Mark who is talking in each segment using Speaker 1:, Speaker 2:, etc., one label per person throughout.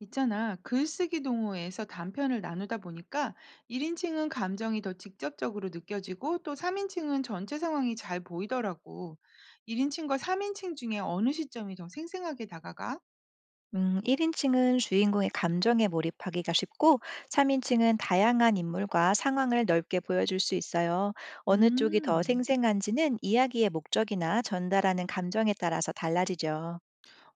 Speaker 1: 있잖아. 글쓰기 동호회에서 단편을 나누다 보니까 1인칭은 감정이 더 직접적으로 느껴지고 또 3인칭은 전체 상황이 잘 보이더라고. 1인칭과 3인칭 중에 어느 시점이 더 생생하게 다가가?
Speaker 2: 1인칭은 주인공의 감정에 몰입하기가 쉽고, 3인칭은 다양한 인물과 상황을 넓게 보여줄 수 있어요. 어느 쪽이 더
Speaker 1: 음.
Speaker 2: 생생한지는 이야기의 목적이나 전달하는 감정에 따라서 달라지죠.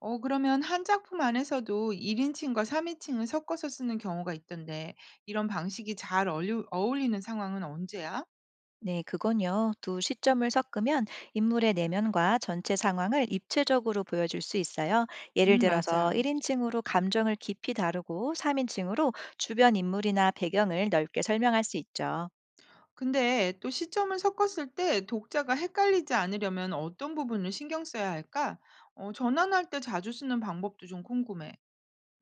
Speaker 1: 그러면 한 작품 안에서도 1인칭과 3인칭을 섞어서 쓰는 경우가 있던데 이런 방식이 잘 어울리는 상황은 언제야?
Speaker 2: 네, 그건요. 두 시점을 섞으면 인물의 내면과 전체 상황을 입체적으로 보여줄 수 있어요. 예를 들어서
Speaker 1: 맞아.
Speaker 2: 1인칭으로 감정을 깊이 다루고 3인칭으로 주변 인물이나 배경을 넓게 설명할 수 있죠.
Speaker 1: 근데 또 시점을 섞었을 때 독자가 헷갈리지 않으려면 어떤 부분을 신경 써야 할까? 전환할 때 자주 쓰는 방법도 좀 궁금해.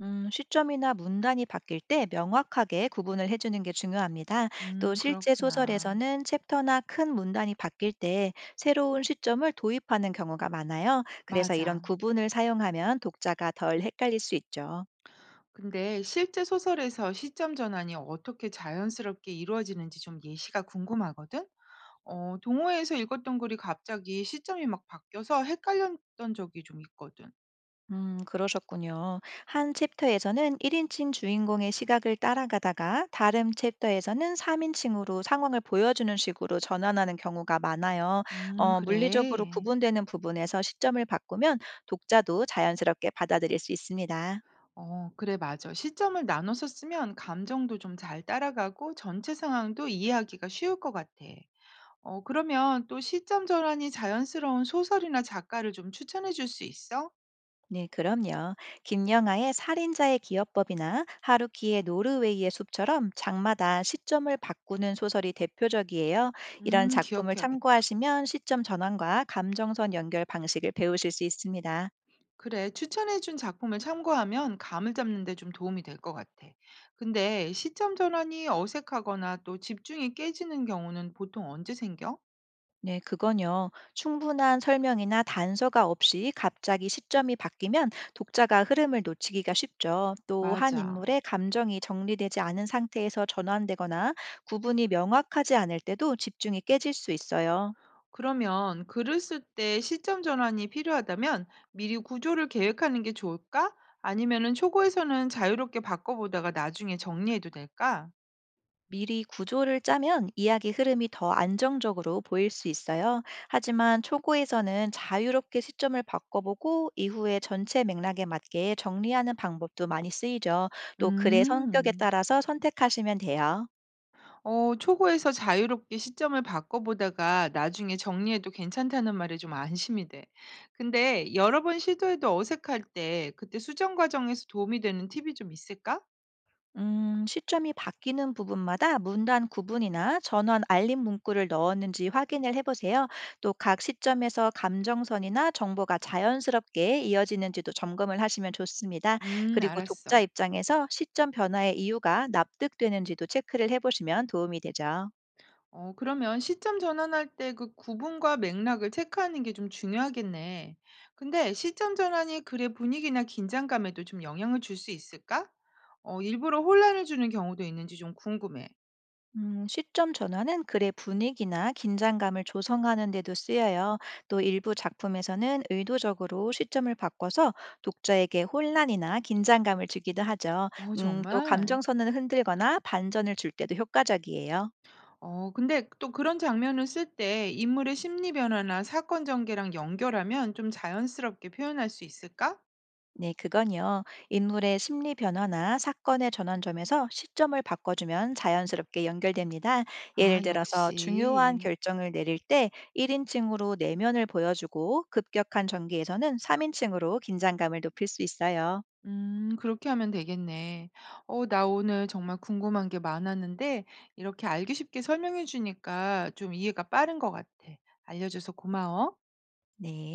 Speaker 2: 시점이나 문단이 바뀔 때 명확하게 구분을 해주는 게 중요합니다. 또 실제
Speaker 1: 그렇구나.
Speaker 2: 소설에서는 챕터나 큰 문단이 바뀔 때 새로운 시점을 도입하는 경우가 많아요. 그래서 이런
Speaker 1: 맞아.
Speaker 2: 구분을 사용하면 독자가 덜 헷갈릴 수 있죠.
Speaker 1: 근데 실제 소설에서 시점 전환이 어떻게 자연스럽게 이루어지는지 좀 예시가 궁금하거든? 동호회에서 읽었던 글이 갑자기 시점이 막 바뀌어서 헷갈렸던 적이 좀 있거든.
Speaker 2: 그러셨군요. 한 챕터에서는 1인칭 주인공의 시각을 따라가다가 다른 챕터에서는 3인칭으로 상황을 보여주는 식으로 전환하는 경우가 많아요. 어, 물리적으로
Speaker 1: 그래.
Speaker 2: 구분되는 부분에서 시점을 바꾸면 독자도 자연스럽게 받아들일 수 있습니다.
Speaker 1: 어, 그래, 맞아. 시점을 나눠서 쓰면 감정도 좀 잘 따라가고 전체 상황도 이해하기가 쉬울 것 같아. 그러면 또 시점 전환이 자연스러운 소설이나 작가를 좀 추천해 줄 수 있어?
Speaker 2: 네, 그럼요. 김영하의 살인자의 기업법이나 하루키의 노르웨이의 숲처럼 장마다 시점을 바꾸는 소설이 대표적이에요. 이런 작품을
Speaker 1: 기억해야겠다.
Speaker 2: 참고하시면 시점 전환과 감정선 연결 방식을 배우실 수 있습니다.
Speaker 1: 그래, 추천해 준 작품을 참고하면 감을 잡는 데 좀 도움이 될 것 같아. 근데 시점 전환이 어색하거나 또 집중이 깨지는 경우는 보통 언제 생겨?
Speaker 2: 네, 그건요. 충분한 설명이나 단서가 없이 갑자기 시점이 바뀌면 독자가 흐름을 놓치기가 쉽죠. 또한
Speaker 1: 맞아.
Speaker 2: 인물의 감정이 정리되지 않은 상태에서 전환되거나 구분이 명확하지 않을 때도 집중이 깨질 수 있어요.
Speaker 1: 그러면 글을 쓸 때 시점 전환이 필요하다면 미리 구조를 계획하는 게 좋을까? 아니면은 초고에서는 자유롭게 바꿔보다가 나중에 정리해도 될까?
Speaker 2: 미리 구조를 짜면 이야기 흐름이 더 안정적으로 보일 수 있어요. 하지만 초고에서는 자유롭게 시점을 바꿔보고 이후에 전체 맥락에 맞게 정리하는 방법도 많이 쓰이죠. 또 글의 성격에
Speaker 1: 음,
Speaker 2: 따라서 선택하시면 돼요.
Speaker 1: 초고에서 자유롭게 시점을 바꿔보다가 나중에 정리해도 괜찮다는 말에 좀 안심이 돼. 근데 여러 번 시도해도 어색할 때 그때 수정 과정에서 도움이 되는 팁이 좀 있을까?
Speaker 2: 시점이 바뀌는 부분마다 문단 구분이나 전원 알림 문구를 넣었는지 확인을 해보세요. 또 각 시점에서 감정선이나 정보가 자연스럽게 이어지는지도 점검을 하시면 좋습니다. 그리고 독자
Speaker 1: 알았어.
Speaker 2: 입장에서 시점 변화의 이유가 납득되는지도 체크를 해보시면 도움이 되죠.
Speaker 1: 어 그러면 시점 전환할 때 그 구분과 맥락을 체크하는 게 좀 중요하겠네. 근데 시점 전환이 글의 분위기나 긴장감에도 좀 영향을 줄 수 있을까? 어 일부러 혼란을 주는 경우도 있는지 좀 궁금해.
Speaker 2: 시점 전환은 글의 분위기나 긴장감을 조성하는 데도 쓰여요. 또 일부 작품에서는 의도적으로 시점을 바꿔서 독자에게 혼란이나 긴장감을 주기도 하죠.
Speaker 1: 어
Speaker 2: 또
Speaker 1: 정말?
Speaker 2: 감정선을 흔들거나 반전을 줄 때도 효과적이에요.
Speaker 1: 어 근데 또 그런 장면을 쓸 때 인물의 심리 변화나 사건 전개랑 연결하면 좀 자연스럽게 표현할 수 있을까?
Speaker 2: 네, 그건요. 인물의 심리 변화나 사건의 전환점에서 시점을 바꿔주면 자연스럽게 연결됩니다. 예를
Speaker 1: 아
Speaker 2: 들어서 중요한
Speaker 1: 역시.
Speaker 2: 결정을 내릴 때 1인칭으로 내면을 보여주고 급격한 전개에서는 3인칭으로 긴장감을 높일 수 있어요.
Speaker 1: 그렇게 하면 되겠네. 어 나 오늘 정말 궁금한 게 많았는데 이렇게 알기 쉽게 설명해 주니까 좀 이해가 빠른 것 같아. 알려줘서 고마워.
Speaker 2: 네.